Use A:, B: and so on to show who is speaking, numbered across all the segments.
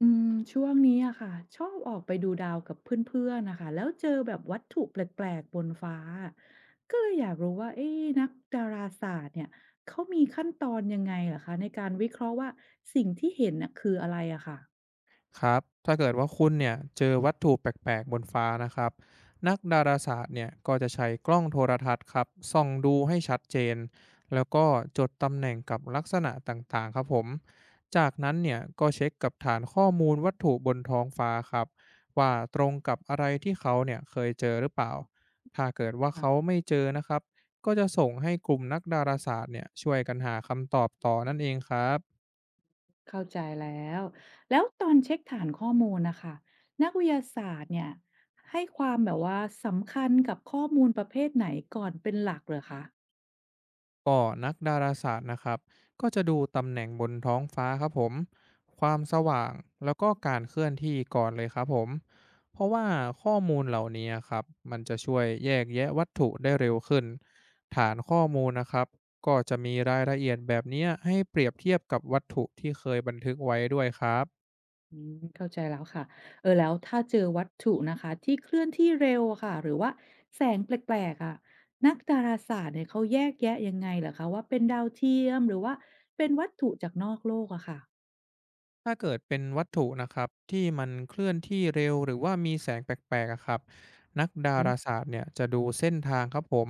A: อืมช่วงนี้อะค่ะชอบออกไปดูดาวกับเพื่อนๆนะคะแล้วเจอแบบวัตถุแปลกๆบนฟ้าก็เลยอยากรู้ว่าเอ๊ะนักดาราศาสตร์เนี่ยเขามีขั้นตอนยังไงเหรอคะในการวิเคราะห์ว่าสิ่งที่เห็นน่ะคืออะไรอะค่ะ
B: ครับถ้าเกิดว่าคุณเนี่ยเจอวัตถุแปลกๆบนฟ้านะครับนักดาราศาสตร์เนี่ยก็จะใช้กล้องโทรทัศน์ครับส่องดูให้ชัดเจนแล้วก็จดตำแหน่งกับลักษณะต่างๆครับผมจากนั้นเนี่ยก็เช็คกับฐานข้อมูลวัตถุบนท้องฟ้าครับว่าตรงกับอะไรที่เขาเนี่ยเคยเจอหรือเปล่าถ้าเกิดว่า
A: ค่ะ
B: เขาไม่เจอนะครับก็จะส่งให้กลุ่มนักดาราศาสตร์เนี่ยช่วยกันหาคำตอบต่อนั่นเองครับ
A: เข้าใจแล้วแล้วตอนเช็คฐานข้อมูลนะคะนักวิทยาศาสตร์เนี่ยให้ความแบบว่าสำคัญกับข้อมูลประเภทไหนก่อนเป็นหลักเหรอคะ
B: ก็นักดาราศาสตร์นะครับก็จะดูตำแหน่งบนท้องฟ้าครับผมความสว่างแล้วก็การเคลื่อนที่ก่อนเลยครับผมเพราะว่าข้อมูลเหล่านี้ครับมันจะช่วยแยกแยะวัตถุได้เร็วขึ้นฐานข้อมูลนะครับก็จะมีรายละเอียดแบบเนี้ยให้เปรียบเทียบกับวัตถุที่เคยบันทึกไว้ด้วยครับ
A: อืมเข้าใจแล้วค่ะเออแล้วถ้าเจอวัตถุนะคะที่เคลื่อนที่เร็วอะค่ะหรือว่าแสงแปลกๆอะนักดาราศาสตร์เนี่ยเขาแยกแยะยังไงเหรอคะว่าเป็นดาวเทียมหรือว่าเป็นวัตถุจากนอกโลกอะค่ะ
B: ถ้าเกิดเป็นวัตถุนะครับที่มันเคลื่อนที่เร็วหรือว่ามีแสงแปลกๆอะครับนักดา
A: อืม
B: ราศาสตร์เนี่ยจะดูเส้นทางครับผม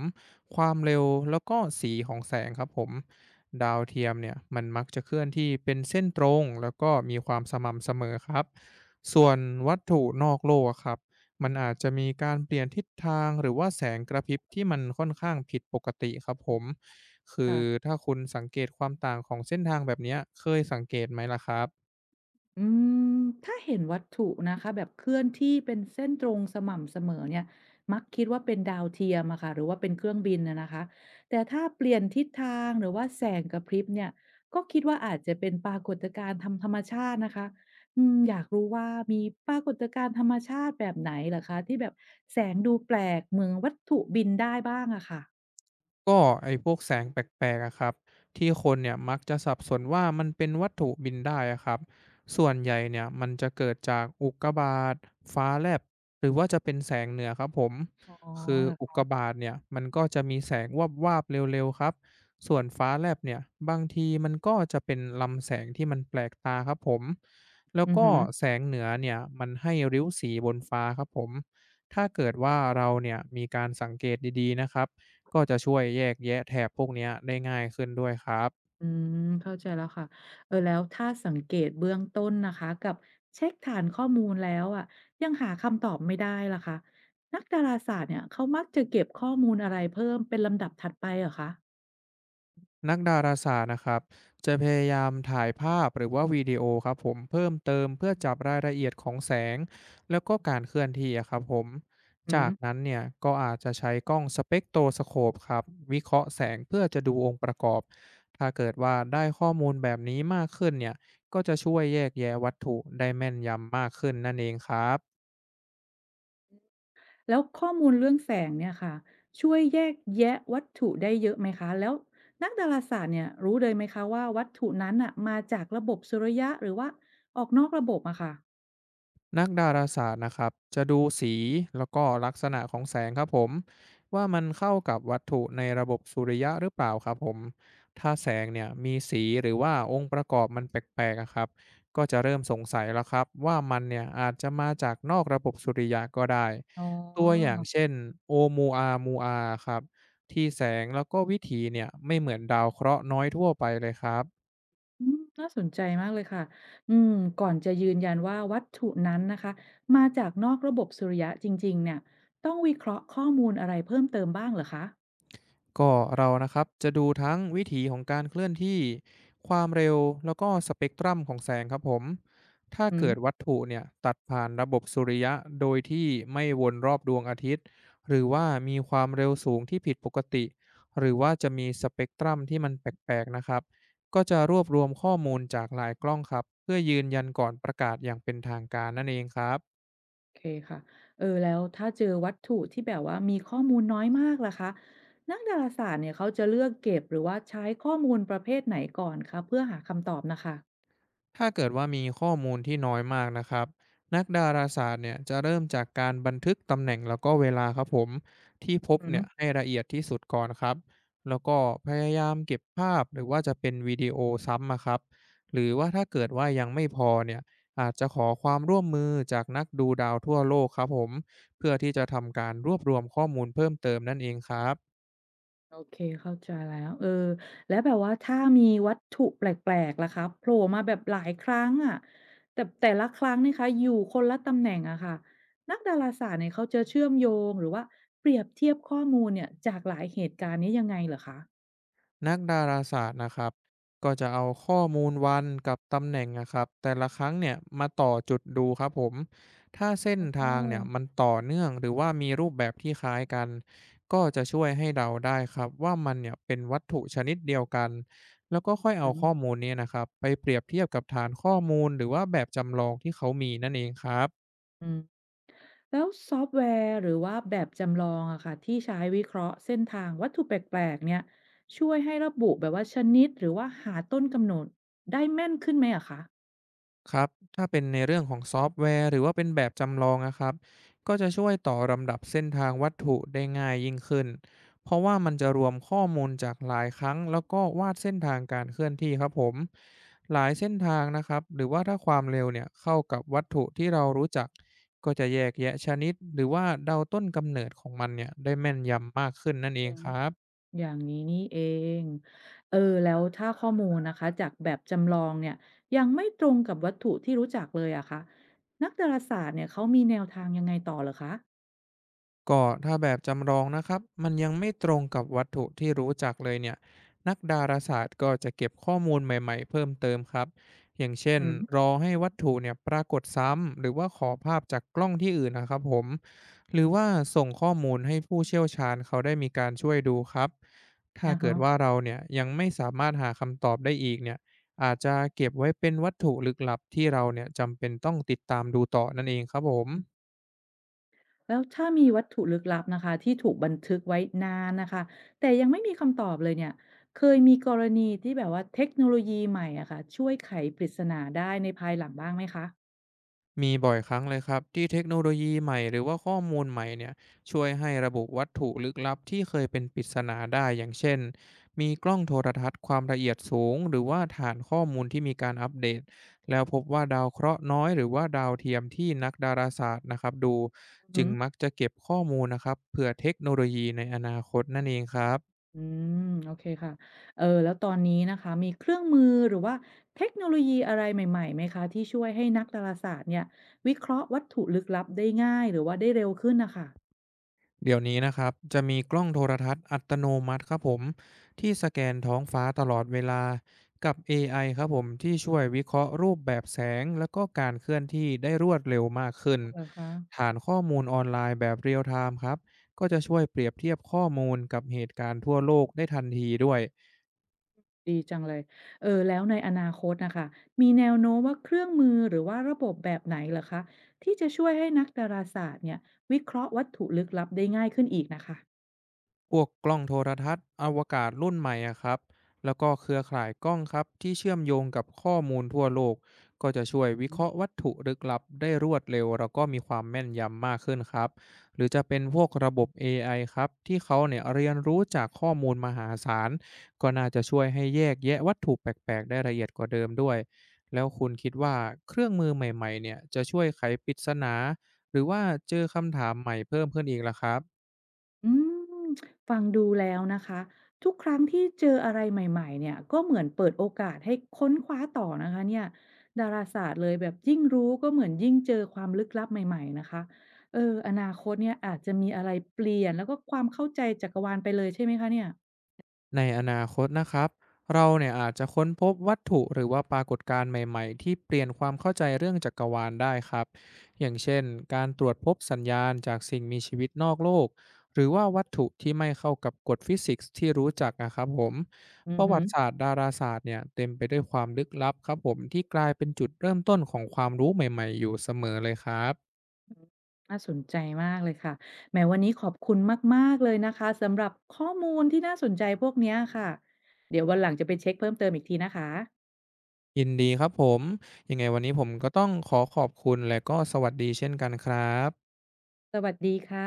B: ความเร็วแล้วก็สีของแสงครับผมดาวเทียมเนี่ยมันมักจะเคลื่อนที่เป็นเส้นตรงแล้วก็มีความสม่ำเสมอครับส่วนวัตถุนอกโลกอะครับมันอาจจะมีการเปลี่ยนทิศทางหรือว่าแสงกระพริบที่มันค่อนข้างผิดปกติครับผมคือ
A: ค่ะ
B: ถ้าคุณสังเกตความต่างของเส้นทางแบบเนี้ยเคยสังเกตไหมล่ะครับ
A: อืมถ้าเห็นวัตถุนะคะแบบเคลื่อนที่เป็นเส้นตรงสม่ำเสมอเนี่ยมักคิดว่าเป็นดาวเทียมอะค่ะหรือว่าเป็นเครื่องบินนะคะแต่ถ้าเปลี่ยนทิศทางหรือว่าแสงกระพริบเนี่ยก็คิดว่าอาจจะเป็นปรากฏการณ์ทธรรมชาตินะคะอืมอยากรู้ว่ามีปรากฏการณ์ธรรมชาติแบบไหนเหรอคะที่แบบแสงดูแปลกเหมือนวัตถุบินได้บ้างอะค่ะ
B: ก็ไอ้พวกแสงแปลกๆอะครับที่คนเนี่ยมักจะสับสนว่ามันเป็นวัตถุบินได้อะครับส่วนใหญ่เนี่ยมันจะเกิดจากอุกกาบาตฟ้าแลบหรือว่าจะเป็นแสงเหนือครับผม
A: อ๋อ
B: คือ
A: เหรอ
B: อุกกา
A: คะ
B: บาตเนี่ยมันก็จะมีแสงวบวาบๆเร็วๆครับส่วนฟ้าแลบเนี่ยบางทีมันก็จะเป็นลำแสงที่มันแปลกตาครับผมแล้ว
A: อือ
B: ก็
A: หือ
B: แสงเหนือเนี่ยมันให้ริ้วสีบนฟ้าครับผมถ้าเกิดว่าเราเนี่ยมีการสังเกตดีๆนะครับ ก็จะช่วยแยกแยะแถบพวกเนี้ยได้ง่ายขึ้นด้วยครับ
A: อืมเข้าใจแล้วค่ะเออแล้วถ้าสังเกตเบื้องต้นนะคะกับเช็คฐานข้อมูลแล้วอะยังหาคำตอบไม่ได้ล่ะคะนักดาราศาสตร์เนี่ยเขามักจะเก็บข้อมูลอะไรเพิ่มเป็นลำดับถัดไปเหรอคะ
B: นักดาราศาสตร์นะครับจะพยายามถ่ายภาพหรือว่าวิดีโอครับผมเพิ่มเติมเพื่อจับรายละเอียดของแสงแล้วก็การเคลื่อนที่อะครับผม
A: อื
B: จา
A: ม
B: กนั้นเนี่ยก็อาจจะใช้กล้องสเปกโตสโคปครับวิเคราะห์แสงเพื่อจะดูองค์ประกอบถ้าเกิดว่าได้ข้อมูลแบบนี้มากขึ้นเนี่ยก็จะช่วยแยกแยะวัตถุได้แม่นยำมากขึ้นนั่นเองครับ
A: แล้วข้อมูลเรื่องแสงเนี่ยค่ะช่วยแยกแยะวัตถุได้เยอะไหมคะแล้วนักดาราศาสตร์เนี่ยรู้เลยไหมคะว่าวัตถุนั้นอะมาจากระบบสุริยะหรือว่าออกนอกระบบอะค่ะ
B: นักดาราศาสตร์นะครับจะดูสีแล้วก็ลักษณะของแสงครับผมว่ามันเข้ากับวัตถุในระบบสุริยะหรือเปล่าครับผมถ้าแสงเนี่ยมีสีหรือว่าองค์ประกอบมันแปลกๆอะครับก็จะเริ่มสงสัยแล้วครับว่ามันเนี่ยอาจจะมาจากนอกระบบสุริยะก็ได้
A: อ๋อ
B: ตัวอย่างเช่นโอมูอามูอาครับที่แสงแล้วก็วิถีเนี่ยไม่เหมือนดาวเคราะห์น้อยทั่วไปเลยครับ
A: อืมน่าสนใจมากเลยค่ะ อืม ก่อนจะยืนยันว่าวัตถุนั้นนะคะ มาจากนอกระบบสุริยะจริงๆเนี่ย ต้องวิเคราะห์ข้อมูลอะไรเพิ่มเติมบ้างเหรอคะ
B: ก็เรานะครับจะดูทั้งวิถีของการเคลื่อนที่ความเร็วแล้วก็สเปกตรัมของแสงครับผมถ้า
A: อื
B: เกิดวั
A: ม
B: ตถุเนี่ยตัดผ่านระบบสุริยะโดยที่ไม่วนรอบดวงอาทิตย์หรือว่ามีความเร็วสูงที่ผิดปกติหรือว่าจะมีสเปกตรัมที่มันแปลกๆนะครับก็จะรวบรวมข้อมูลจากหลายกล้องครับเพื่อยืนยันก่อนประกาศอย่างเป็นทางการนั่นเองครับ
A: โอเคค่ะ เออแล้วถ้าเจอวัตถุที่แบบว่ามีข้อมูลน้อยมากล่ะคะ นักดาราศาสตร์เนี่ยเขาจะเลือกเก็บหรือว่าใช้ข้อมูลประเภทไหนก่อนคะเพื่อหาคำตอบนะคะ
B: ถ้าเกิดว่ามีข้อมูลที่น้อยมากนะครับนักดาราศาสตร์เนี่ยจะเริ่มจากการบันทึกตำแหน่งแล้วก็เวลาครับผมที่พบเนี่ยให้ละเอียดที่สุดก่อนครับแล้วก็พยายามเก็บภาพหรือว่าจะเป็นวิดีโอซ้ำอะครับหรือว่าถ้าเกิดว่ายังไม่พอเนี่ยอาจจะขอความร่วมมือจากนักดูดาวทั่วโลกครับผมเพื่อที่จะทำการรวบรวมข้อมูลเพิ่มเติมนั่นเองครับ
A: โอเคเข้าใจแล้วเออแล้วแบบว่าถ้ามีวัตถุแปลกๆล่ะครับโผล่มาแบบหลายครั้งอะแต่ละครั้งนี่คะอยู่คนละตำแหน่งอะค่ะนักดาราศาสตร์เนี่ยเขาจะเชื่อมโยงหรือว่าเปรียบเทียบข้อมูลเนี่ยจากหลายเหตุการณ์นี้ยังไงเหรอคะ
B: นักดาราศาสตร์นะครับก็จะเอาข้อมูลวันกับตำแหน่งนะครับแต่ละครั้งเนี่ยมาต่อจุดดูครับผมถ้าเส้น
A: อ๋อ
B: ทางเนี่ยมันต่อเนื่องหรือว่ามีรูปแบบที่คล้ายกันก็จะช่วยให้เดาได้ครับว่ามันเนี่ยเป็นวัตถุชนิดเดียวกันแล้วก็ค่อย
A: อื
B: เอา
A: ม
B: ข้อมูลเนี้นะครับไปเปรียบเทียบกับฐานข้อมูลหรือว่าแบบจำลองที่เขามีนั่นเองครับ
A: อืมแล้วซอฟต์แวร์หรือว่าแบบจำลองอะค่ะที่ใช้วิเคราะห์เส้นทางวัตถุแปลกๆเนี่ยช่วยให้ระบุแบบว่าชนิดหรือว่าหาต้นกำเนิดได้แม่นขึ้นไหมอะคะ
B: ครับถ้าเป็นในเรื่องของซอฟต์แวร์หรือว่าเป็นแบบจำลองนะครับก็จะช่วยต่อลำดับเส้นทางวัตถุได้ง่ายยิ่งขึ้นเพราะว่ามันจะรวมข้อมูลจากหลายครั้งแล้วก็วาดเส้นทางการเคลื่อนที่ครับผมหลายเส้นทางนะครับหรือว่าถ้าความเร็วเนี่ยเข้ากับวัตถุที่เรารู้จักก็จะแยกแยะชนิดหรือว่าเดาต้นกำเนิดของมันเนี่ยได้แม่นยำมากขึ้นนั่นเอ
A: อื
B: ง
A: ม
B: ครับ
A: อย่างนี้นี่เองเออแล้วถ้าข้อมูลนะคะจากแบบจำลองเนี่ยยังไม่ตรงกับวัตถุที่รู้จักเลยอะคะนักดาราศาสตร์เนี่ยเขามีแนวทางยังไงต่อเหรอคะ
B: ก็ถ้าแบบจำลองนะครับมันยังไม่ตรงกับวัตถุที่รู้จักเลยเนี่ยนักดาราศาสตร์ก็จะเก็บข้อมูลใหม่ๆเพิ่มเติมครับอย่างเช่น
A: อื
B: ร
A: ม
B: อให้วัตถุเนี่ยปรากฏซ้ำหรือว่าขอภาพจากกล้องที่อื่นนะครับผมหรือว่าส่งข้อมูลให้ผู้เชี่ยวชาญเขาได้มีการช่วยดูครับถ้า
A: อะ
B: เกิ
A: คะ
B: ดว่าเราเนี่ยยังไม่สามารถหาคำตอบได้อีกเนี่ยอาจจะเก็บไว้เป็นวัตถุลึกลับที่เราเนี่ยจำเป็นต้องติดตามดูต่อนั่นเองครับผม
A: อืมแล้วถ้ามีวัตถุลึกลับนะคะที่ถูกบันทึกไว้นานนะคะแต่ยังไม่มีคำตอบเลยเนี่ยเคยมีกรณีที่แบบว่าเทคโนโลยีใหม่อะค่ะช่วยไขปริศนาได้ในภายหลังบ้างไหมคะ
B: มีบ่อยครั้งเลยครับที่เทคโนโลยีใหม่หรือว่าข้อมูลใหม่เนี่ยช่วยให้ระบุวัตถุลึกลับที่เคยเป็นปริศนาได้อย่างเช่นมีกล้องโทรทัศน์ความละเอียดสูงหรือว่าฐานข้อมูลที่มีการอัปเดตแล้วพบว่าดาวเคราะห์น้อยหรือว่าดาวเทียมที่นักดาราศาสตร์นะครับดูจึ
A: อื
B: ง
A: ม
B: มักจะเก็บข้อมูลนะครับเผื่อเทคโนโลยีในอนาคตนั่นเองครับ
A: อืมโอเคค่ะเออแล้วตอนนี้นะคะมีเครื่องมือหรือว่าเทคโนโลยีอะไรใหม่ๆไหมคะที่ช่วยให้นักดาราศาสตร์เนี่ยวิเคราะห์วัตถุลึกลับได้ง่ายหรือว่าได้เร็วขึ้นนะคะ
B: เดี๋ยวนี้นะครับจะมีกล้องโทรทัศน์อัตโนมัติครับผมที่สแกนท้องฟ้าตลอดเวลากับ AI ครับผมที่ช่วยวิเคราะห์รูปแบบแสงแล้วก็การเคลื่อนที่ได้รวดเร็วมากขึ้น
A: ออเหรอคะ
B: ฐานข้อมูลออนไลน์แบบเรียลไทม์ครับก็จะช่วยเปรียบเทียบข้อมูลกับเหตุการณ์ทั่วโลกได้ทันทีด้วย
A: ดีจังเลยเออแล้วในอนาคตนะค่ะมีแนวโน้มว่าเครื่องมือหรือว่าระบบแบบไหนเหรอคะที่จะช่วยให้นักดาราศาสตร์เนี่ยวิเคราะห์วัตถุลึกลับได้ง่ายขึ้นอีกนะคะ
B: พวกกล้องโทรทัศน์อวกาศรุ่นใหม่อะครับแล้วก็เครือข่ายกล้องครับที่เชื่อมโยงกับข้อมูลทั่วโลกก็จะช่วยวิเคราะห์วัตถุลึกลับได้รวดเร็วแล้วก็มีความแม่นยำมากขึ้นครับหรือจะเป็นพวกระบบ AI ครับที่เขาเนี่ยเรียนรู้จากข้อมูลมหาศาลก็น่าจะช่วยให้แยกแยะวัตถุแปลกๆได้ละเอียดกว่าเดิมด้วยแล้วคุณคิดว่าเครื่องมือใหม่ๆเนี่ยจะช่วยไขปริศนาหรือว่าเจอคำถามใหม่เพิ่มขึ้นอีกล่ะครับ
A: อืมฟังดูแล้วนะคะทุกครั้งที่เจออะไรใหม่ๆเนี่ยก็เหมือนเปิดโอกาสให้ค้นคว้าต่อนะคะเนี่ยดาราศาสตร์เลยแบบยิ่งรู้ก็เหมือนยิ่งเจอความลึกลับใหม่ๆนะคะเอออนาคตเนี่ยอาจจะมีอะไรเปลี่ยนแล้วก็ความเข้าใจจักรวาลไปเลยใช่ไหมคะเนี่ย
B: ในอนาคตนะครับเราเนี่ยอาจจะค้นพบวัตถุหรือว่าปรากฏการณ์ใหม่ๆที่เปลี่ยนความเข้าใจเรื่องจักรวาลได้ครับอย่างเช่นการตรวจพบสัญญาณจากสิ่งมีชีวิตนอกโลกหรือว่าวัตถุที่ไม่เข้ากับกฎฟิสิกส์ที่รู้จักนะครับผม
A: อื
B: ป
A: อ
B: ระ
A: ฮึ
B: วัติศาสตร์ดาราศาสตร์เนี่ยเต็มไปด้วยความลึกลับครับผมที่กลายเป็นจุดเริ่มต้นของความรู้ใหม่ๆอยู่เสมอเลยครับ
A: น่าสนใจมากเลยค่ะแหมวันนี้ขอบคุณมากๆเลยนะคะสำหรับข้อมูลที่น่าสนใจพวกเนี้ยค่ะเดี๋ยววันหลังจะไปเช็กเพิ่มเติมอีกทีนะคะ
B: ยินดีครับผมยังไงวันนี้ผมก็ต้องขอขอบคุณและก็สวัสดีเช่นกันครับ
A: สวัสดีค่ะ